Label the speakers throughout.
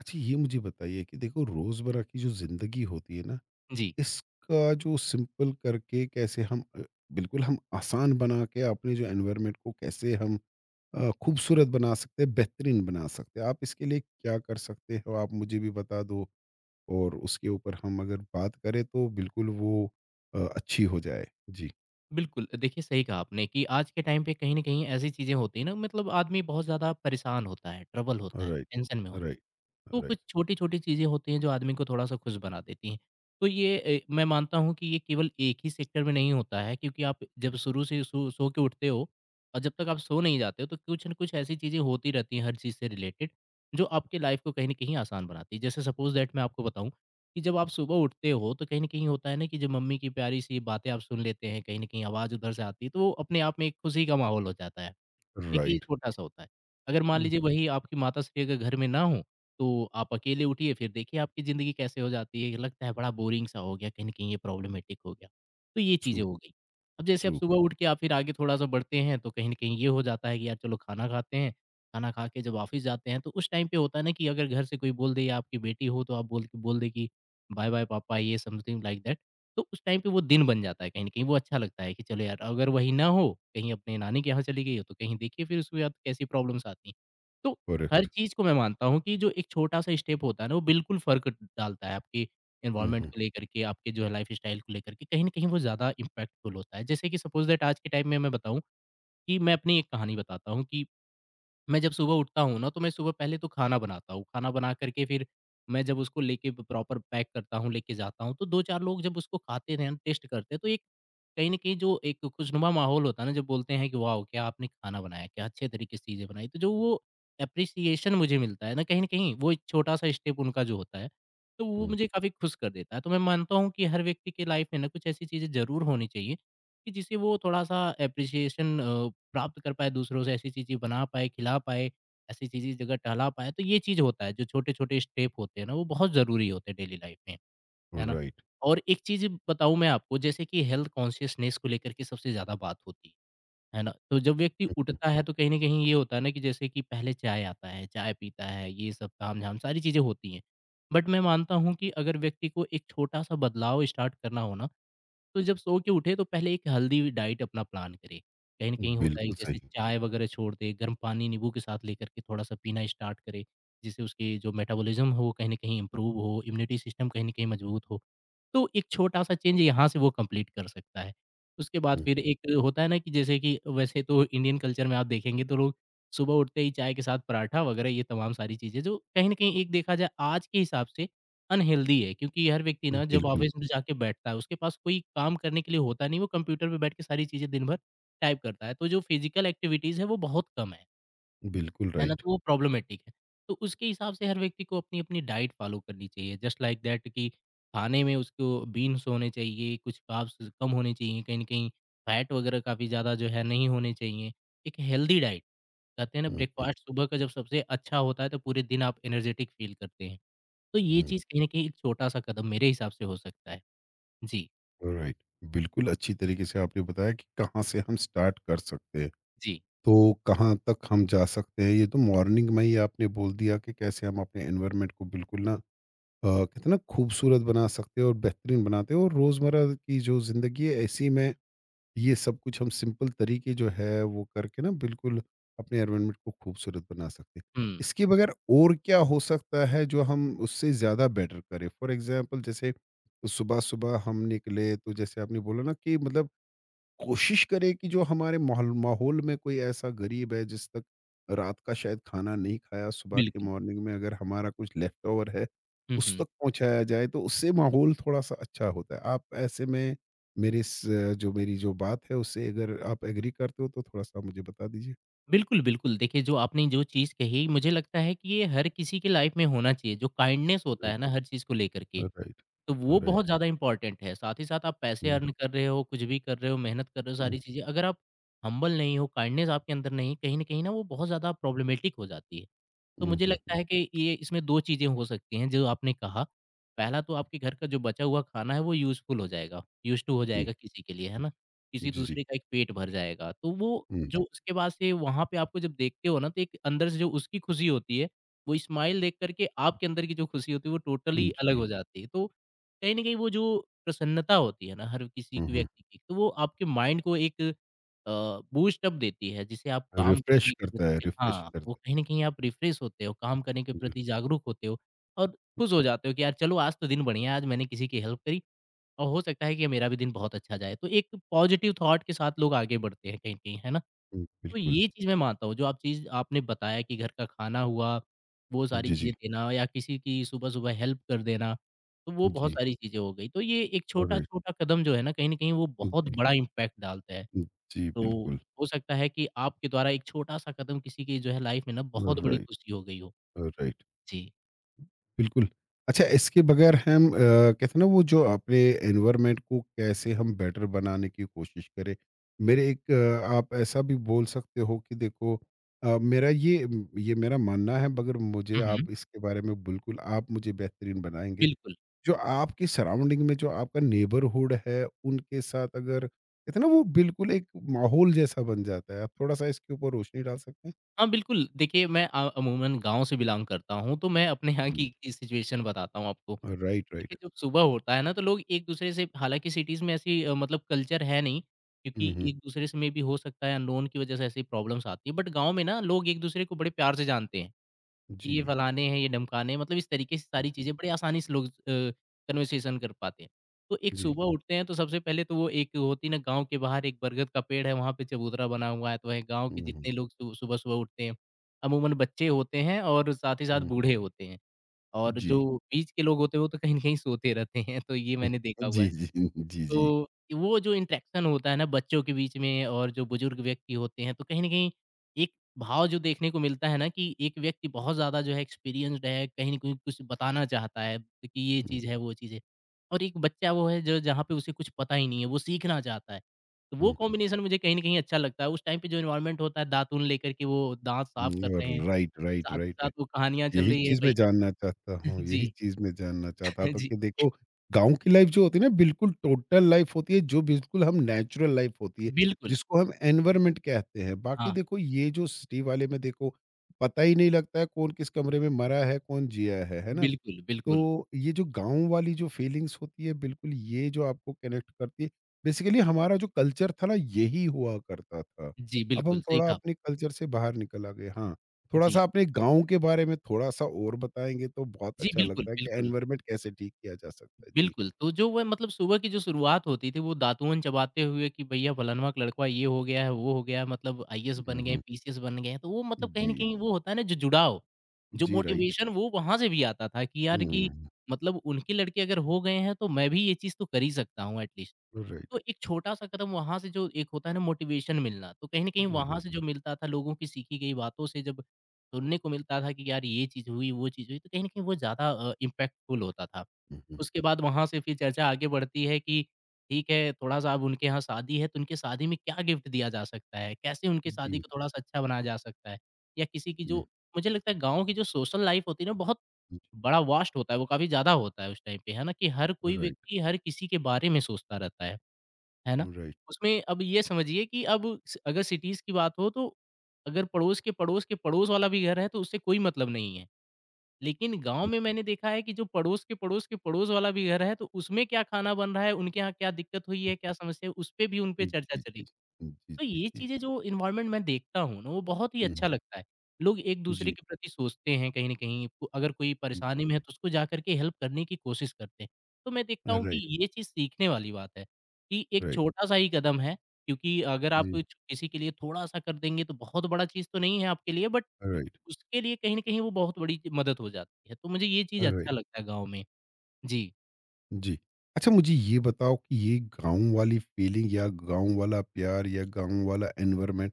Speaker 1: अच्छा ये मुझे बताइए कि देखो रोजमर्रा की जो जिंदगी होती है ना,
Speaker 2: जी,
Speaker 1: इसका जो सिंपल करके कैसे हम बिल्कुल हम आसान बना के अपने जो एनवायरनमेंट को कैसे हम खूबसूरत बना सकते हैं, बेहतरीन बना सकते हैं। आप इसके लिए क्या कर सकते हो, आप मुझे भी बता दो। और उसके ऊपर हम अगर बात करें तो बिल्कुल वो अच्छी हो जाए जी।
Speaker 2: बिल्कुल। देखिए, सही कहा आपने कि आज के टाइम पे कहीं न कहीं ऐसी चीज़ें होती हैं ना मतलब आदमी बहुत ज़्यादा परेशान होता है, ट्रबल होता है,
Speaker 1: राइट,
Speaker 2: टेंशन में होता है।
Speaker 1: राइट,
Speaker 2: तो
Speaker 1: राइट,
Speaker 2: कुछ छोटी-छोटी चीज़ें होती हैं जो आदमी को थोड़ा-सा खुश बना देती हैं। तो ये मैं मानता हूँ कि ये केवल एक ही सेक्टर में नहीं होता है क्योंकि आप जब शुरू से सो के उठते हो और जब तक आप सो नहीं जाते हो तो कुछ न कुछ ऐसी चीज़ें होती रहती हैं हर चीज़ से रिलेटेड जो आपकी लाइफ़ को कहीं न कहीं आसान बनाती है। जैसे सपोज़ दैट मैं आपको बताऊँ कि जब आप सुबह उठते हो तो कहीं न कहीं होता है ना कि जो मम्मी की प्यारी-सी बातें आप सुन लेते हैं, कहीं न कहीं आवाज़ उधर से आती है तो वो अपने आप में एक खुशी का माहौल हो जाता है। एक ये
Speaker 1: राइट।
Speaker 2: छोटा-सा होता है। अगर मान
Speaker 1: हम्म।
Speaker 2: लीजिए वही आपकी माताश्री अगर घर में ना हों, तो आप अकेले उठिए फिर देखिए आपकी ज़िंदगी कैसे हो जाती है, लगता है बड़ा बोरिंग-सा हो गया, कहीं न कहीं ये प्रॉब्लमैटिक हो गया। तो ये
Speaker 1: ट्रू।
Speaker 2: चीज़ें हो गई। अब जैसे आप
Speaker 1: ट्रू।
Speaker 2: सुबह उठ के आप फिर आगे थोड़ा-सा बढ़ते हैं, तो कहीं न कहीं ये हो जाता है कि यार चलो खाना खाते हैं, खाना खा के जब ऑफ़िस जाते हैं, तो उस टाइम पे होता है ना कि अगर घर से कोई बोल दे या आपकी बेटी हो, तो आप बोल बोल दे कि, "बाय-बाय पापा" ये समथिंग लाइक दैट। तो उस टाइम पे वो दिन बन जाता है कहीं न कहीं, वो अच्छा लगता है कि चलो यार अगर वही ना हो, कहीं अपने नानी के यहाँ चली गई हो, तो कहीं देखिए फिर उसके बाद कैसी प्रॉब्लम्स आती हैं। तो हर
Speaker 1: करेक्ट।
Speaker 2: चीज़ को मैं मानता हूँ कि जो एक छोटा-सा स्टेप होता है ना, वो बिल्कुल फ़र्क डालता है आपकी
Speaker 1: हम्म,
Speaker 2: एनवायरनमेंट
Speaker 1: हम्म,
Speaker 2: को लेकर के, आपके जो है लाइफ़स्टाइल को लेकर के, कहीं न कहीं वो ज़्यादा इम्पैक्टफुल होता है। जैसे कि सपोज़ दैट आज के टाइम में मैं बताऊँ कि मैं अपनी एक कहानी बताता हूँ कि मैं जब सुबह उठता हूँ ना, तो मैं सुबह पहले तो खाना बनाता हूँ। खाना बना कर के फिर मैं जब उसको लेके ब प्रॉपर पैक करता हूँ, लेके जाता हूँ, तो 2-4 लोग जब उसको खाते हैं, टेस्ट करते हैं, तो एक कहीं न कहीं जो एक खुशनुमा माहौल होता है ना, जब बोलते हैं कि वाओ! क्या आपने खाना बनाया, क्या अच्छे तरीके से चीज़ें बनाई। तो जो वो एप्रिसिएशन मुझे मिलता है ना, कहीं न कहीं वो एक छोटा-सा स्टेप उनका जो होता है, तो वो मुझे काफ़ी खुश कर देता है। तो मैं मानता हूँ कि हर व्यक्ति की लाइफ़ में ना कुछ ऐसी चीज़ें ज़रूर होनी चाहिए कि जिसे वो थोड़ा-सा एप्रिसिएशन प्राप्त कर पाए दूसरों से, ऐसी चीज़ें बना पाए, खिला पाए, ऐसी चीज़ें जगह टहला पाए। तो ये चीज़ होता है, जो छोटे-छोटे स्टेप होते हैं ना, वो बहुत ज़रूरी होते हैं डेली लाइफ में, है
Speaker 1: हम्म।
Speaker 2: ना?
Speaker 1: राइट।
Speaker 2: और एक चीज़ बताऊँ मैं आपको, जैसे कि हेल्थ कॉन्शियसनेस को लेकर के सबसे ज़्यादा बात होती है ना? तो जब व्यक्ति उठता है, तो कहीं न कहीं ये होता है ना कि जैसे कि पहले चाय आता है, चाय पीता है, ये सब तामझाम सारी चीज़ें होती हैं। बट मैं मानता हूँ कि अगर व्यक्ति को एक छोटा-सा बदलाव स्टार्ट करना हो ना तो जब सो के उठे तो पहले एक हेल्दी डाइट अपना प्लान करें। कहीं न कहीं होता है
Speaker 1: बिल्कुल
Speaker 2: कि जैसे
Speaker 1: सही।
Speaker 2: चाय वगैरह छोड़ दें, गर्म पानी नींबू के साथ लेकर के थोड़ा-सा पीना स्टार्ट करें, जिससे उसकी जो मेटाबॉलिज़्म हो वो कहीं न कहीं इम्प्रूव हो, इम्यूनिटी सिस्टम कहीं न कहीं मजबूत हो। तो एक छोटा-सा चेंज यहाँ से वो कंप्लीट कर सकता है। उसके बाद
Speaker 1: हम्म,
Speaker 2: फिर एक होता है ना कि जैसे कि वैसे तो इंडियन कल्चर में आप देखेंगे तो लोग सुबह उठते ही चाय के साथ पराठा वगैरह ये तमाम सारी चीज़ें जो कहीं न कहीं एक देखा जाए आज के हिसाब से अनहेल्दी है क्योंकि हर व्यक्ति ना जब जी।
Speaker 1: बिल्कुल।
Speaker 2: ऑफ़िस में जाके बैठता है, उसके पास कोई काम करने के लिए होता नहीं, वो कंप्यूटर पे बैठ के सारी चीज़ें दिन भर टाइप करता है, तो जो फ़िज़िकल एक्टिविटीज़ है वो बहुत कम
Speaker 1: बिल्कुल
Speaker 2: है ना?
Speaker 1: राइट।
Speaker 2: तो वो प्रॉब्लमैटिक है। तो उसके हिसाब से हर व्यक्ति को अपनी-अपनी डाइट फ़ॉलो करनी चाहिए, जस्ट लाइक दैट कि खाने में उसको बीन्स होने चाहिए, कुछ कार्ब्स कम होने चाहिए, कहीं न कहीं फैट वगैरह काफ़ी ज़्यादा जो है नहीं होने चाहिए। एक हेल्दी डाइट कहते हैं ना
Speaker 1: हुँ,
Speaker 2: ब्रेकफ़ास्ट सुबह का जब सबसे अच्छा होता है, तो पूरे दिन आप एनर्जेटिक फ़ील करते हैं। तो ये
Speaker 1: हुँ,
Speaker 2: चीज़ कहीं न कहीं एक छोटा-सा कदम मेरे हिसाब से हो सकता है। जी।
Speaker 1: हुँ, राइट। बिल्कुल अच्छी तरीके से आपने बताया कि कहाँ से हम स्टार्ट कर सकते हैं।
Speaker 2: जी।
Speaker 1: तो कहाँ तक हम जा सकते हैं, ये तो मॉर्निंग में ही आपने बोल दिया कि कैसे हम अपने एनवायरनमेंट को बिल्कुल ना कहते हैं ना खूबसूरत बना सकते हैं और बेहतरीन बनाते हैं। और रोज़मर्रा की जो ज़िंदगी है, ऐसी में ये सब कुछ हम सिंपल तरीके जो है वो करके ना बिल्कुल अपने एनवायरनमेंट को खूबसूरत बना सकते हैं।
Speaker 2: हुँ,
Speaker 1: इसके बगैर और क्या हो सकता है जो हम उससे ज़्यादा बेटर करें। फॉर एग्जांपल जैसे सुबह सुबह हम निकले तो जैसे आपने बोला ना कि मतलब कोशिश करें कि जो हमारे माहौल माहौल में कोई ऐसा गरीब है जिस तक रात का शायद खाना नहीं खाया, सुबह के
Speaker 2: बिल्कुल।
Speaker 1: मॉर्निंग में अगर हमारा कुछ लेफ्ट ओवर है
Speaker 2: हुँ,
Speaker 1: उस
Speaker 2: हुँ।
Speaker 1: तक पहुंचाया जाए, तो उससे माहौल थोड़ा सा अच्छा होता है। आप ऐसे में मेरे इस जो मेरी जो बात है उससे अगर आप एग्री करते हो तो थोड़ा सा मुझे बता दीजिए।
Speaker 2: बिल्कुल, बिल्कुल। देखिए जो आपने जो चीज़ कही मुझे लगता है कि ये हर किसी के लाइफ़ में होना चाहिए, जो काइंडनेस होता
Speaker 1: राइट,
Speaker 2: है ना हर चीज़ को लेकर के।
Speaker 1: राइट,
Speaker 2: तो वो बहुत
Speaker 1: राइट।
Speaker 2: ज़्यादा इम्पोर्टेंट है। साथ ही साथ आप पैसे
Speaker 1: हम्म,
Speaker 2: अर्न कर रहे हो, कुछ भी कर रहे हो, मेहनत कर रहे हो,
Speaker 1: हम्म,
Speaker 2: सारी चीज़ें अगर आप हम्बल नहीं हो, काइंडनेस आपके अंदर नहीं, कहीं न कहीं ना वो बहुत ज़्यादा प्रॉब्लमैटिक हो जाती है। तो मुझे लगता
Speaker 1: हम्म।
Speaker 2: है कि ये इसमें 2 चीज़ें हो सकती हैं जो आपने कहा। पहला तो आपके घर का जो बचा हुआ खाना है वो यूज़फुल हो जाएगा, यूज़ टू हो
Speaker 1: जी
Speaker 2: जाएगा किसी के लिए, है ना? किसी
Speaker 1: जी जी।
Speaker 2: दूसरे का एक पेट भर जाएगा। तो वो जो उसके बाद से वहाँ पे आपको जब देखते हो ना तो एक अंदर से जो उसकी खुशी होती है, वो स्माइल देख कर के आपके अंदर की जो खुशी होती है वो टोटली अलग
Speaker 1: जी।
Speaker 2: हो जाती है। तो कहीं न कहीं वो जो प्रसन्नता होती है ना हर किसी की
Speaker 1: हम्म।
Speaker 2: व्यक्ति की, तो वो आपके माइंड को एक अ, बूस्ट अप देती है जिसे आप काम
Speaker 1: रिफ्रेश
Speaker 2: करने के
Speaker 1: करता
Speaker 2: प्रति
Speaker 1: है, रिफ्रेश
Speaker 2: हाँ, वो
Speaker 1: करता
Speaker 2: कहीं न कहीं आप रिफ्रेश होते हो, काम करने के
Speaker 1: है जी।
Speaker 2: प्रति जागरूक होते हो और खुश हो जाते हो कि यार चलो आज तो दिन बढ़िया है, आज मैंने किसी की हेल्प करी और हो सकता है कि मेरा भी दिन बहुत अच्छा जाए। तो एक पॉजिटिव थॉट के साथ लोग आगे बढ़ते हैं कहीं न कहीं, है ना? तो
Speaker 1: बिल्कुल।
Speaker 2: ये चीज़ मैं मानता हूँ, जो आप चीज़ आपने बताया कि घर का खाना हुआ, वो सारी
Speaker 1: जी जी
Speaker 2: चीज़ें देना या किसी की सुबह-सुबह हेल्प कर देना, तो वो बहुत सारी चीज़ें हो गई। तो ये एक
Speaker 1: जी।
Speaker 2: छोटा-छोटा कदम जो है ना, कहीं न कहीं वो बहुत
Speaker 1: जी,
Speaker 2: बड़ा इम्पैक्ट डालता है।
Speaker 1: जी,
Speaker 2: तो
Speaker 1: बिल्कुल।
Speaker 2: हो सकता है कि आपके द्वारा एक छोटा-सा कदम किसी की जो है लाइफ़ में ना बहुत बड़ी
Speaker 1: राइट,
Speaker 2: खुशी हो गई हो।
Speaker 1: राइट,
Speaker 2: जी।
Speaker 1: बिल्कुल। अच्छा, इसके बगैर हम कहते हैं ना वो जो अपने एनवायरनमेंट को कैसे हम बेटर बनाने की कोशिश करें। मेरे एक आप ऐसा भी बोल सकते हो कि देखो मेरा ये मेरा मानना है, मगर मुझे
Speaker 2: हुँ, हुँ।
Speaker 1: आप इसके बारे में बिल्कुल आप मुझे बेहतरीन बनाएँगे।
Speaker 2: बिल्कुल।
Speaker 1: जो आपकी सराउंडिंग में जो आपका नेबरहुड है उनके साथ अगर कहते हैं ना वो बिल्कुल एक माहौल जैसा बन जाता है। आप थोड़ा-सा इसके ऊपर रोशनी डाल सकते हैं?
Speaker 2: हाँ, बिल्कुल देखिए मैं अमूमन गाँव से बिलॉन्ग करता हूँ, तो मैं अपने यहाँ
Speaker 1: जी।
Speaker 2: की सिचुएशन बताता हूँ आपको।
Speaker 1: Right, right.
Speaker 2: देखिए, जब सुबह होता है ना तो लोग एक-दूसरे से हालाँकि सिटीज़ में ऐसी मतलब कल्चर है नहीं,
Speaker 1: हुँ,
Speaker 2: क्योंकि
Speaker 1: हुँ।
Speaker 2: एक-दूसरे से मेबी हो सकता है अननोन की वजह से ऐसी प्रॉब्लम्स आती है। बट गाँव में ना लोग एक-दूसरे को बड़े प्यार से जानते हैं, कि ये
Speaker 1: जी,
Speaker 2: फलाने हैं, ये ढमकाने हैं, मतलब इस तरीके से सारी
Speaker 1: जी,
Speaker 2: चीज़ें बड़ी आसानी से लोग कन्वर्सेशन कर पाते हैं। तो एक
Speaker 1: जी।
Speaker 2: सुबह उठते हैं तो सबसे पहले तो वो एक होती ना गाँव के बाहर एक बरगद का पेड़ है, वहाँ पे चबूतरा बना हुआ है, तो वहीं गाँव के
Speaker 1: हुँ, हुँ,
Speaker 2: जितने लोग सु सुबह-सुबह उठते हैं, अमूमन बच्चे होते हैं और साथ ही साथ
Speaker 1: हुँ।
Speaker 2: बूढ़े होते हैं। और
Speaker 1: जी।
Speaker 2: जो बीच के लोग होते हैं वो तो कहीं न कहीं सोते रहते हैं, तो ये मैंने देखा हुआ
Speaker 1: जी,
Speaker 2: है।
Speaker 1: जी, जी, जी।
Speaker 2: तो वो जो इंटरेक्शन होता है ना बच्चों के बीच में और जो बुजुर्ग व्यक्ति होते हैं, तो कहीं न कहीं एक भाव जो देखने को मिलता है ना कि एक व्यक्ति बहुत ज़्यादा जो है एक्सपीरियंस्ड है, कहीं न कहीं कुछ बताना चाहता है कि ये
Speaker 1: हुँ,
Speaker 2: चीज़ है, वो चीज़ है। और एक बच्चा वो है जो जहाँ पे उसे कुछ पता ही नहीं है, वो सीखना चाहता है। तो वो
Speaker 1: हुँ, हुँ।
Speaker 2: कॉम्बिनेशन मुझे कहीं न कहीं अच्छा लगता है। उस टाइम पे जो एनवायरनमेंट होता है दातून लेकर के वो दाँत साफ कर
Speaker 1: और
Speaker 2: रहे हैं,
Speaker 1: राइट, राइट,
Speaker 2: साथ ही
Speaker 1: राइट। है।
Speaker 2: साथ वो कहानियाँ चल
Speaker 1: यही
Speaker 2: रही है
Speaker 1: चीज़ मैं
Speaker 2: भैया।
Speaker 1: जानना चाहता हूँ, यही
Speaker 2: जी,
Speaker 1: चीज़ मैं जानना चाहता था
Speaker 2: जी।
Speaker 1: कि देखो, गाँव की लाइफ़ जो होती है ना बिल्कुल टोटल लाइफ़ होती है, जो बिल्कुल हम नेचुरल लाइफ़ होती है,
Speaker 2: बिल्कुल,
Speaker 1: जिसको हम एनवायरनमेंट कहते हैं। बाकी
Speaker 2: हाँ,
Speaker 1: देखो ये जो सिटी वाले में देखो, पता ही नहीं लगता है कौन किस कमरे में मरा है, कौन जिया है ना?
Speaker 2: बिल्कुल, बिल्कुल।
Speaker 1: तो ये जो गाँव वाली जो फीलिंग्स होती है बिल्कुल ये जो आपको कनेक्ट करती है, बेसिकली हमारा जो कल्चर था ना यही हुआ करता था।
Speaker 2: जी,
Speaker 1: अब हम
Speaker 2: बिल्कुल, सही
Speaker 1: थोड़ा
Speaker 2: कहा आपने।
Speaker 1: अपने कल्चर से बाहर निकल आ गए। हाँ, थोड़ा-सा
Speaker 2: जी,
Speaker 1: अपने गाँव के बारे में थोड़ा-सा और बताएँगे तो बहुत
Speaker 2: जी,
Speaker 1: अच्छा
Speaker 2: बिल्कुल,
Speaker 1: लगता है कि
Speaker 2: बिल्कुल,
Speaker 1: एनवायरनमेंट कैसे ठीक किया जा सकता है। जी।
Speaker 2: बिल्कुल। तो जो वह मतलब सुबह की जो शुरुआत होती थी, वो दातून चबाते हुए कि भैया फलानवा का लड़का ये हो गया है, वो हो गया है, मतलब आईएएस
Speaker 1: हुँ,
Speaker 2: बन गए हैं,
Speaker 1: हुँ।
Speaker 2: पीसीएस बन गए हैं, तो वो मतलब कहीं
Speaker 1: जी।
Speaker 2: न कहीं वो होता है ना जो जुड़ाव, जो
Speaker 1: जी, राइट।
Speaker 2: मोटिवेशन वो वहाँ से भी आता था कि यार
Speaker 1: हुँ,
Speaker 2: कि
Speaker 1: हुँ,
Speaker 2: मतलब उनके लड़के अगर हो गए हैं, तो मैं भी ये चीज़ तो कर ही सकता हूँ एटलीस्ट।
Speaker 1: हुँ। राइट।
Speaker 2: तो एक छोटा-सा कदम वहाँ से जो एक होता है ना मोटिवेशन मिलना, तो कहीं न कहीं
Speaker 1: हुँ,
Speaker 2: वहाँ
Speaker 1: हुँ,
Speaker 2: से जो मिलता था लोगों की सीखी गई बातों से जब सुनने को मिलता था कि यार ये चीज़ हुई, वो चीज़ हुई, तो कहीं न कहीं वो ज़्यादा इम्पैक्टफुल होता था।
Speaker 1: हुँ, हुँ।
Speaker 2: उसके बाद वहाँ से फिर चर्चा आगे बढ़ती है कि ठीक है, थोड़ा-सा अब उनके यहाँ शादी है, तो उनकी शादी में क्या गिफ्ट दिया जा सकता है? कैसे उनकी शादी
Speaker 1: जी।
Speaker 2: को थोड़ा-सा अच्छा बनाया जा सकता है? या किसी की जो
Speaker 1: हुँ,
Speaker 2: मुझे लगता है गाँव की जो सोशल लाइफ़ होती है ना बहुत
Speaker 1: हुँ।
Speaker 2: बड़ा वास्ट होता है, वो काफ़ी ज़्यादा होता है उस टाइम पे, है ना? कि हर कोई
Speaker 1: राइट,
Speaker 2: व्यक्ति हर किसी के बारे में सोचता रहता है। है ना?
Speaker 1: राइट।
Speaker 2: उसमें अब ये समझिए कि अब स अगर सिटीज़ की बात हो तो अगर पड़ोस के पड़ोस के पड़ोस वाला भी घर है तो उससे कोई मतलब नहीं है। लेकिन गाँव
Speaker 1: हुँ,
Speaker 2: में मैंने देखा है कि जो पड़ोस के पड़ोस के पड़ोस वाला भी घर है तो उसमें क्या खाना बन रहा है, उनके यहाँ क्या दिक्कत हुई है, क्या समस्या है, उसपे भी उनपे
Speaker 1: हुँ।
Speaker 2: चर्चा
Speaker 1: जी, जी।
Speaker 2: चली।
Speaker 1: जी,
Speaker 2: तो
Speaker 1: जी,
Speaker 2: ये
Speaker 1: जी।
Speaker 2: चीज़ें जो इन्वायरमेंट मैं देखता हूँ ना, वो बहुत ही
Speaker 1: हुँ, हुँ।
Speaker 2: अच्छा लगता है। लोग
Speaker 1: जी,
Speaker 2: एक-दूसरे के प्रति सोचते हैं कहीं न कहीं, को अगर कोई
Speaker 1: जी।
Speaker 2: परेशानी में है, तो उसको जा कर के हेल्प करने की कोशिश करते हैं। तो मैं देखता हूँ कि
Speaker 1: राइट।
Speaker 2: ये चीज़ सीखने वाली बात है, कि एक
Speaker 1: राइट,
Speaker 2: छोटा-सा ही कदम है क्योंकि अगर आप
Speaker 1: जी,
Speaker 2: कुछ किसी के लिए थोड़ा-सा कर देंगे, तो बहुत बड़ा चीज़ तो नहीं है आपके लिए, बट
Speaker 1: राइट,
Speaker 2: उसके लिए कहीं न कहीं वो बहुत बड़ी मदद हो जाती है। तो मुझे ये चीज़ अच्छा
Speaker 1: राइट,
Speaker 2: लगता है गाँव में। जी,
Speaker 1: जी। अच्छा मुझे ये बताओ कि ये गाँव वाली फीलिंग या गाँव वाला प्यार या गाँव वाला एनवायरनमेंट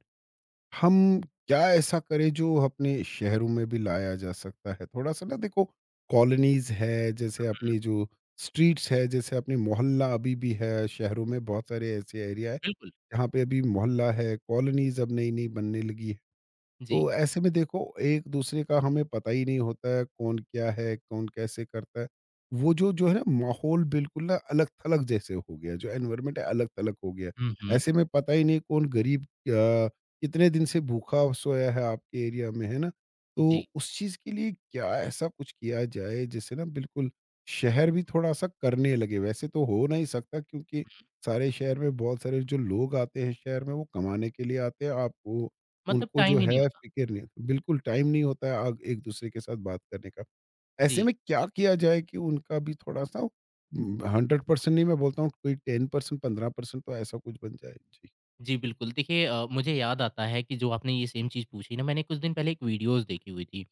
Speaker 1: हम क्या ऐसा करें जो अपने शहरों में भी लाया जा सकता है? थोड़ा-सा ना देखो, कॉलोनीज़ है, जैसे अपनी जो स्ट्रीट्स है, जैसे अपनी मोहल्ला अभी भी है, शहरों में बहुत सारे ऐसे एरिया है,
Speaker 2: बिल्कुल।
Speaker 1: जहाँ पे अभी मोहल्ला है, कॉलोनीज़ अब नई-नई बनने लगी।
Speaker 2: जी।
Speaker 1: तो ऐसे में देखो एक दूसरे का हमें पता ही नहीं होता है कौन क्या है, कौन कैसे करता है। वो जो जो है ना माहौल बिल्कुल ना अलग थलग जैसे हो गया, जो एनवायरमेंट है अलग थलग हो गया।
Speaker 2: हुँ, हुँ।
Speaker 1: ऐसे में पता ही नहीं कौन गरीब कितने दिन से भूखा सोया है आपके एरिया में, है ना?
Speaker 2: जी,
Speaker 1: तो उस चीज़ के लिए क्या ऐसा कुछ किया जाए जिससे ना बिल्कुल शहर भी थोड़ा सा करने लगे। वैसे तो हो नहीं सकता क्योंकि सारे शहर में बहुत सारे जो लोग आते हैं शहर में वो कमाने के लिए आते हैं। आप
Speaker 2: मतलब
Speaker 1: उनको जो
Speaker 2: टाइम ही नहीं
Speaker 1: है
Speaker 2: होता।
Speaker 1: फ़िक्र नहीं, बिल्कुल टाइम नहीं होता है अग एक-दूसरे के साथ बात करने का। ऐसे
Speaker 2: जी।
Speaker 1: में क्या किया जाए कि उनका भी थोड़ा-सा 100% नहीं मैं बोलता हूँ, कोई 10% 15% तो ऐसा कुछ बन जाए। जी।
Speaker 2: जी, बिल्कुल। देखिए मुझे याद आता है कि जो आपने ये सेम चीज़ पूछी ना मैंने कुछ दिन पहले एक वीडियोज़ देखी हुई थी।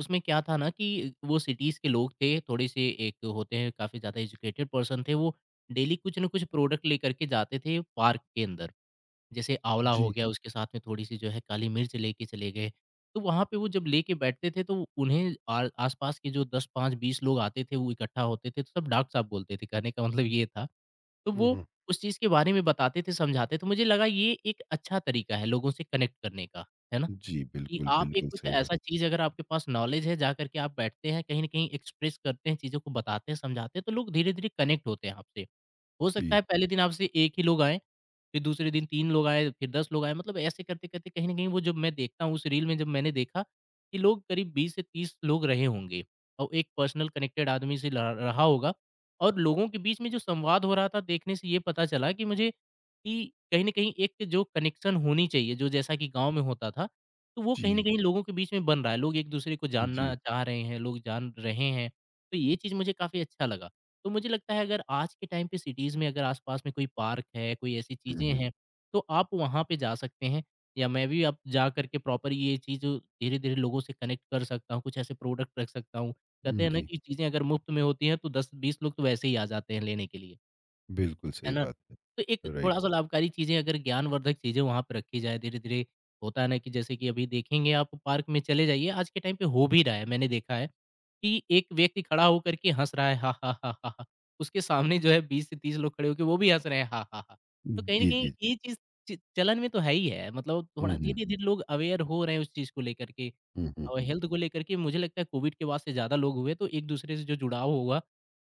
Speaker 2: उसमें क्या था ना कि वो सिटीज़ के लोग थे, थोड़े-से एक होते हैं काफ़ी ज़्यादा एजुकेटेड पर्सन थे, वो डेली कुछ न कुछ प्रोडक्ट लेकर के जाते थे पार्क के अंदर। जैसे आँवला हो
Speaker 1: जी।
Speaker 2: गया, उसके साथ में थोड़ी-सी जो है काली मिर्च लेके चले गए। तो वहाँ पे वो जब लेके बैठते थे तो उन्हें आ आस-पास के जो 10, 5, 20 लोग आते थे, वो इकट्ठा होते थे, तो सब डॉक्टर साहब बोलते थे। कहने का मतलब ये था तो
Speaker 1: हुँ,
Speaker 2: वो
Speaker 1: हुँ।
Speaker 2: उस चीज़ के बारे में बताते थे, समझाते तो मुझे लगा ये एक अच्छा तरीका है लोगों से कनेक्ट करने का, है ना?
Speaker 1: जी,
Speaker 2: कि
Speaker 1: बिल्कुल,
Speaker 2: आप एक
Speaker 1: बिल्कुल
Speaker 2: कुछ
Speaker 1: सही बात।
Speaker 2: ऐसा चीज़ अगर आपके पास नॉलेज है, जाकर के आप बैठते हैं, कहीं न कहीं एक्सप्रेस करते हैं, चीज़ों को बताते हैं, समझाते हैं, तो लोग धीरे-धीरे कनेक्ट होते हैं आपसे। हो सकता
Speaker 1: जी,
Speaker 2: है पहले दिन आपसे 1 ही लोग आएँ फिर दूसरे दिन 3 लोग आए, फिर 10 लोग आए, मतलब ऐसे करते-करते कहीं न कहीं वो जब मैं देखता हूँ उस रील में जब मैंने देखा कि लोग करीब 20 से 30 लोग रहे होंगे और एक पर्सनल कनेक्टेड आदमी से ल रहा होगा और लोगों के बीच में जो संवाद हो रहा था देखने से ये पता चला कि मुझे कि कहीं न कहीं एक जो कनेक्शन होनी चाहिए, जो जैसा कि गाँव में होता था, तो वो कहीं न
Speaker 1: जी,
Speaker 2: कहीं लोगों के बीच में बन रहा है। लोग एक-दूसरे को
Speaker 1: जी।
Speaker 2: जानना चाह रहे हैं, लोग जान रहे हैं, तो ये चीज़ मुझे काफ़ी अच्छा लगा। तो मुझे लगता है अगर आज के टाइम पे सिटीज़ में अगर आस-पास में कोई पार्क है, कोई ऐसी
Speaker 1: हुँ,
Speaker 2: चीज़ें
Speaker 1: हुँ।
Speaker 2: हैं, तो आप वहाँ पे जा सकते हैं या मैं भी अब जा करके प्रॉपर ये चीज़ धीरे-धीरे लोगों से कनेक्ट कर सकता हूँ, कुछ ऐसे प्रोडक्ट रख सकता हूँ। कहते
Speaker 1: हुँ,
Speaker 2: हैं ना
Speaker 1: जी,
Speaker 2: कि चीज़ें अगर मुफ़्त में होती हैं तो 10-20 लोग तो वैसे ही आ जाते हैं लेने के लिए।
Speaker 1: बिल्कुल सही
Speaker 2: है ना?
Speaker 1: बात है।
Speaker 2: तो एक
Speaker 1: राइट।
Speaker 2: थोड़ा-सा लाभकारी चीज़ें अगर ज्ञानवर्धक चीज़ें वहाँ पे रखी जाएँ, धीरे-धीरे होता है ना कि जैसे कि अभी देखेंगे आप पार्क में चले जाइए, आज के टाइम पे हो भी रहा है, मैंने देखा है कि एक व्यक्ति खड़ा होकर के हँस रहा है, हा, हा, हा, हा, हा। उसके सामने जो है 20 से 30 लोग खड़े होके वो भी हँस रहे हैं, हा, हा, हा। तो कहीं न
Speaker 1: जी, जी,
Speaker 2: कहीं
Speaker 1: जी।
Speaker 2: ये चीज़ च चलन में तो है ही है, मतलब
Speaker 1: हुँ,
Speaker 2: थोड़ा
Speaker 1: हुँ।
Speaker 2: धीरे-धीरे लोग अवेयर हो रहे हैं उस चीज़ को लेकर के
Speaker 1: हुँ, हुँ,
Speaker 2: और
Speaker 1: हुँ।
Speaker 2: हेल्थ को लेकर के मुझे लगता है कोविड के बाद से ज़्यादा लोग हुए, तो एक-दूसरे से जो जुड़ाव होगा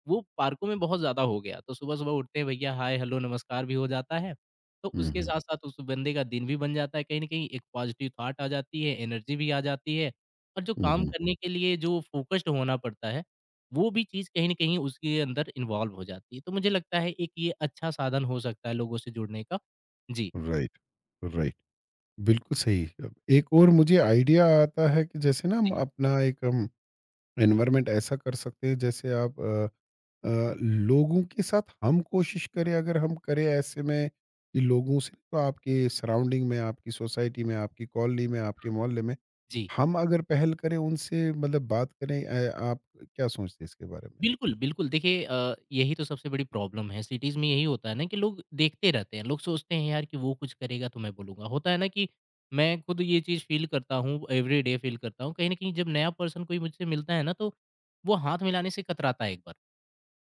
Speaker 2: वो पार्कों में बहुत ज़्यादा हो गया। तो सुबह-सुबह उठते हैं भैया हाय, हेलो, नमस्कार भी हो जाता है। तो
Speaker 1: हुँ,
Speaker 2: उसके
Speaker 1: हुँ।
Speaker 2: साथ-साथ उस बंदे का दिन भी बन जाता है कहीं न कहीं, एक पॉज़िटिव थॉट आ जाती है, एनर्जी भी आ जाती है और जो
Speaker 1: हुँ,
Speaker 2: काम
Speaker 1: हुँ।
Speaker 2: करने के लिए जो फ़ोकस्ड होना पड़ता है, वो भी चीज़ कहीं न कहीं उसके अंदर इन्वॉल्व हो जाती है। तो मुझे लगता है एक ये अच्छा साधन हो सकता है लोगों से जुड़ने का। जी,
Speaker 1: राइट, राइट। बिल्कुल सही। अब एक और मुझे आइडिया आता है कि जैसे ना हम
Speaker 2: जी,
Speaker 1: अपना एक हम एनवायरनमेंट ऐसा कर सकते हैं, जैसे आप लोगों के साथ हम कोशिश करें, अगर हम करें ऐसे में कि लोगों से तो आपके सराउंडिंग में, आपकी सोसाइटी में, आपकी कॉलोनी में, आपके मोहल्ले में
Speaker 2: जी।
Speaker 1: हम अगर पहल करें उनसे, मतलब बात करें आप क्या सोचते हैं इसके बारे में?
Speaker 2: बिल्कुल, बिल्कुल। देखिए यही तो सबसे बड़ी प्रॉब्लम है, सिटीज़ में यही होता है ना कि लोग देखते रहते हैं, लोग सोचते हैं यार कि वो कुछ करेगा तो मैं बोलूँगा। होता है ना कि मैं खुद ये चीज़ फ़ील करता हूँ, एवरीडे फ़ील करता हूँ। कहीं न कहीं जब नया पर्सन कोई मुझसे मिलता है ना, तो वो हाथ मिलाने से कतराता है एक बार।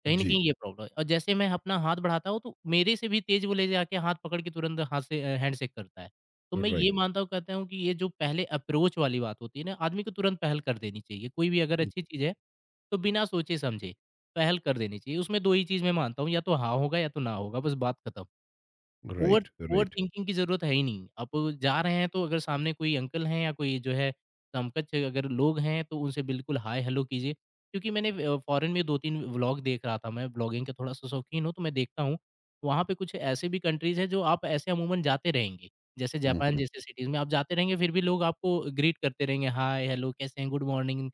Speaker 2: कहीं न
Speaker 1: जी।
Speaker 2: कहीं ये प्रॉब्लम है और जैसे मैं अपना हाथ बढ़ाता हूँ, तो मेरे से भी तेज़ वो ले जाके हाथ पकड़ के तुरंत हाथ से हैंडशेक करता है। तो मैं
Speaker 1: राइट,
Speaker 2: ये मानता हूँ कहता हूँ कि ये जो पहले अप्रोच वाली बात होती है ना, आदमी को तुरंत पहल कर देनी चाहिए। कोई भी अगर अच्छी चीज़ है, तो बिना सोचे-समझे पहल कर देनी चाहिए। उसमें 2 ही चीज़ मैं मानता हूँ, या तो हाँ होगा या तो ना होगा, बस बात खत्म। Over
Speaker 1: right, right.
Speaker 2: ओवरथिंकिंग की ज़रूरत है ही नहीं। आप जा रहे हैं तो अगर सामने कोई अंकल हैं या कोई जो है समकक्ष अगर लोग हैं तो उनसे बिल्कुल हाय हेलो कीजिए। क्योंकि मैंने फ़ॉरेन में 2-3 व्लॉग देख रहा था मैं व्लॉगिंग का थोड़ा-सा शौकीन हूँ तो मैं देखता हूँ। वहाँ पे कुछ ऐसे भी कंट्रीज़ हैं जो आप ऐसे अमूमन जाते रहेंगे। जैसे जापान
Speaker 1: हम्म।
Speaker 2: जैसे सिटीज़ में आप जाते रहेंगे फिर भी लोग आपको ग्रीट करते रहेंगे हाय, हेलो कैसे हैं, गुड मॉर्निंग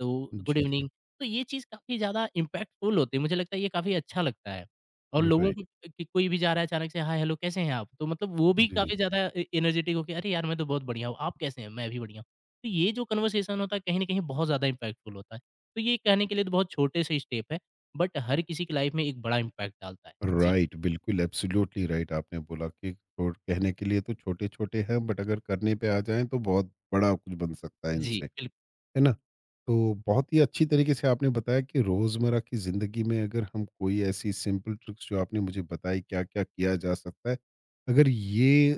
Speaker 2: तो गुड
Speaker 1: जी जी।
Speaker 2: इवनिंग। तो ये चीज़ काफ़ी ज़्यादा इम्पैक्टफुल होती है। मुझे लगता है ये काफ़ी अच्छा लगता है। और लोगों
Speaker 1: राइट।
Speaker 2: को कि कोई भी जा रहा है अचानक से, "हाय, हेलो, कैसे हैं आप?" तो मतलब वो भी
Speaker 1: जी जी।
Speaker 2: काफ़ी ज़्यादा ए एनर्जेटिक होके, "अरे यार, मैं तो बहुत बढ़िया हूँ। आप कैसे हैं?" "मैं भी बढ़िया हूँ।" तो ये जो कन्वर्सेशन होता है, कहीं न कहीं बहुत ज़्यादा इम्पैक्टफुल होता है। तो ये कहने के लिए तो बहुत छोटे से स्टेप हैं, बट हर किसी की लाइफ़ में एक बड़ा इम्पैक्ट डालता है। जी।
Speaker 1: राइट, बिल्कुल एब्सोल्युटली राइट। आपने बोला कि छोड़ कहने के लिए तो छोटे छोटे हैं, बट अगर करने पे आ जाएं तो बहुत बड़ा कुछ बन सकता है
Speaker 2: जी,
Speaker 1: इनसे,
Speaker 2: बिल्कुल।
Speaker 1: है ना? तो बहुत ही अच्छी तरीके से आपने बताया कि रोज़मर्रा की ज़िंदगी में अगर हम कोई ऐसी सिंपल ट्रिक्स जो आपने मुझे बताई क्या क्या किया जा सकता है। अगर ये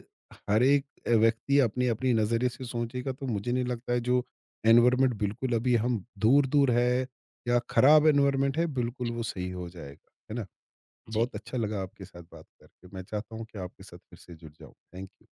Speaker 1: हर एक व्यक्ति अपने अपनी नज़रिए से सोचेगा तो मुझे नहीं लगता है जो एनवायरमेंट बिल्कुल अभी हम दूर दूर है या ख़राब एनवायरमेंट है बिल्कुल
Speaker 2: जी,
Speaker 1: वो सही हो जाएगा, है ना?
Speaker 2: जी।
Speaker 1: बहुत अच्छा लगा आपके साथ बात करके। मैं चाहता हूँ कि आपके साथ फिर से जुड़ जाऊँ। Thank you.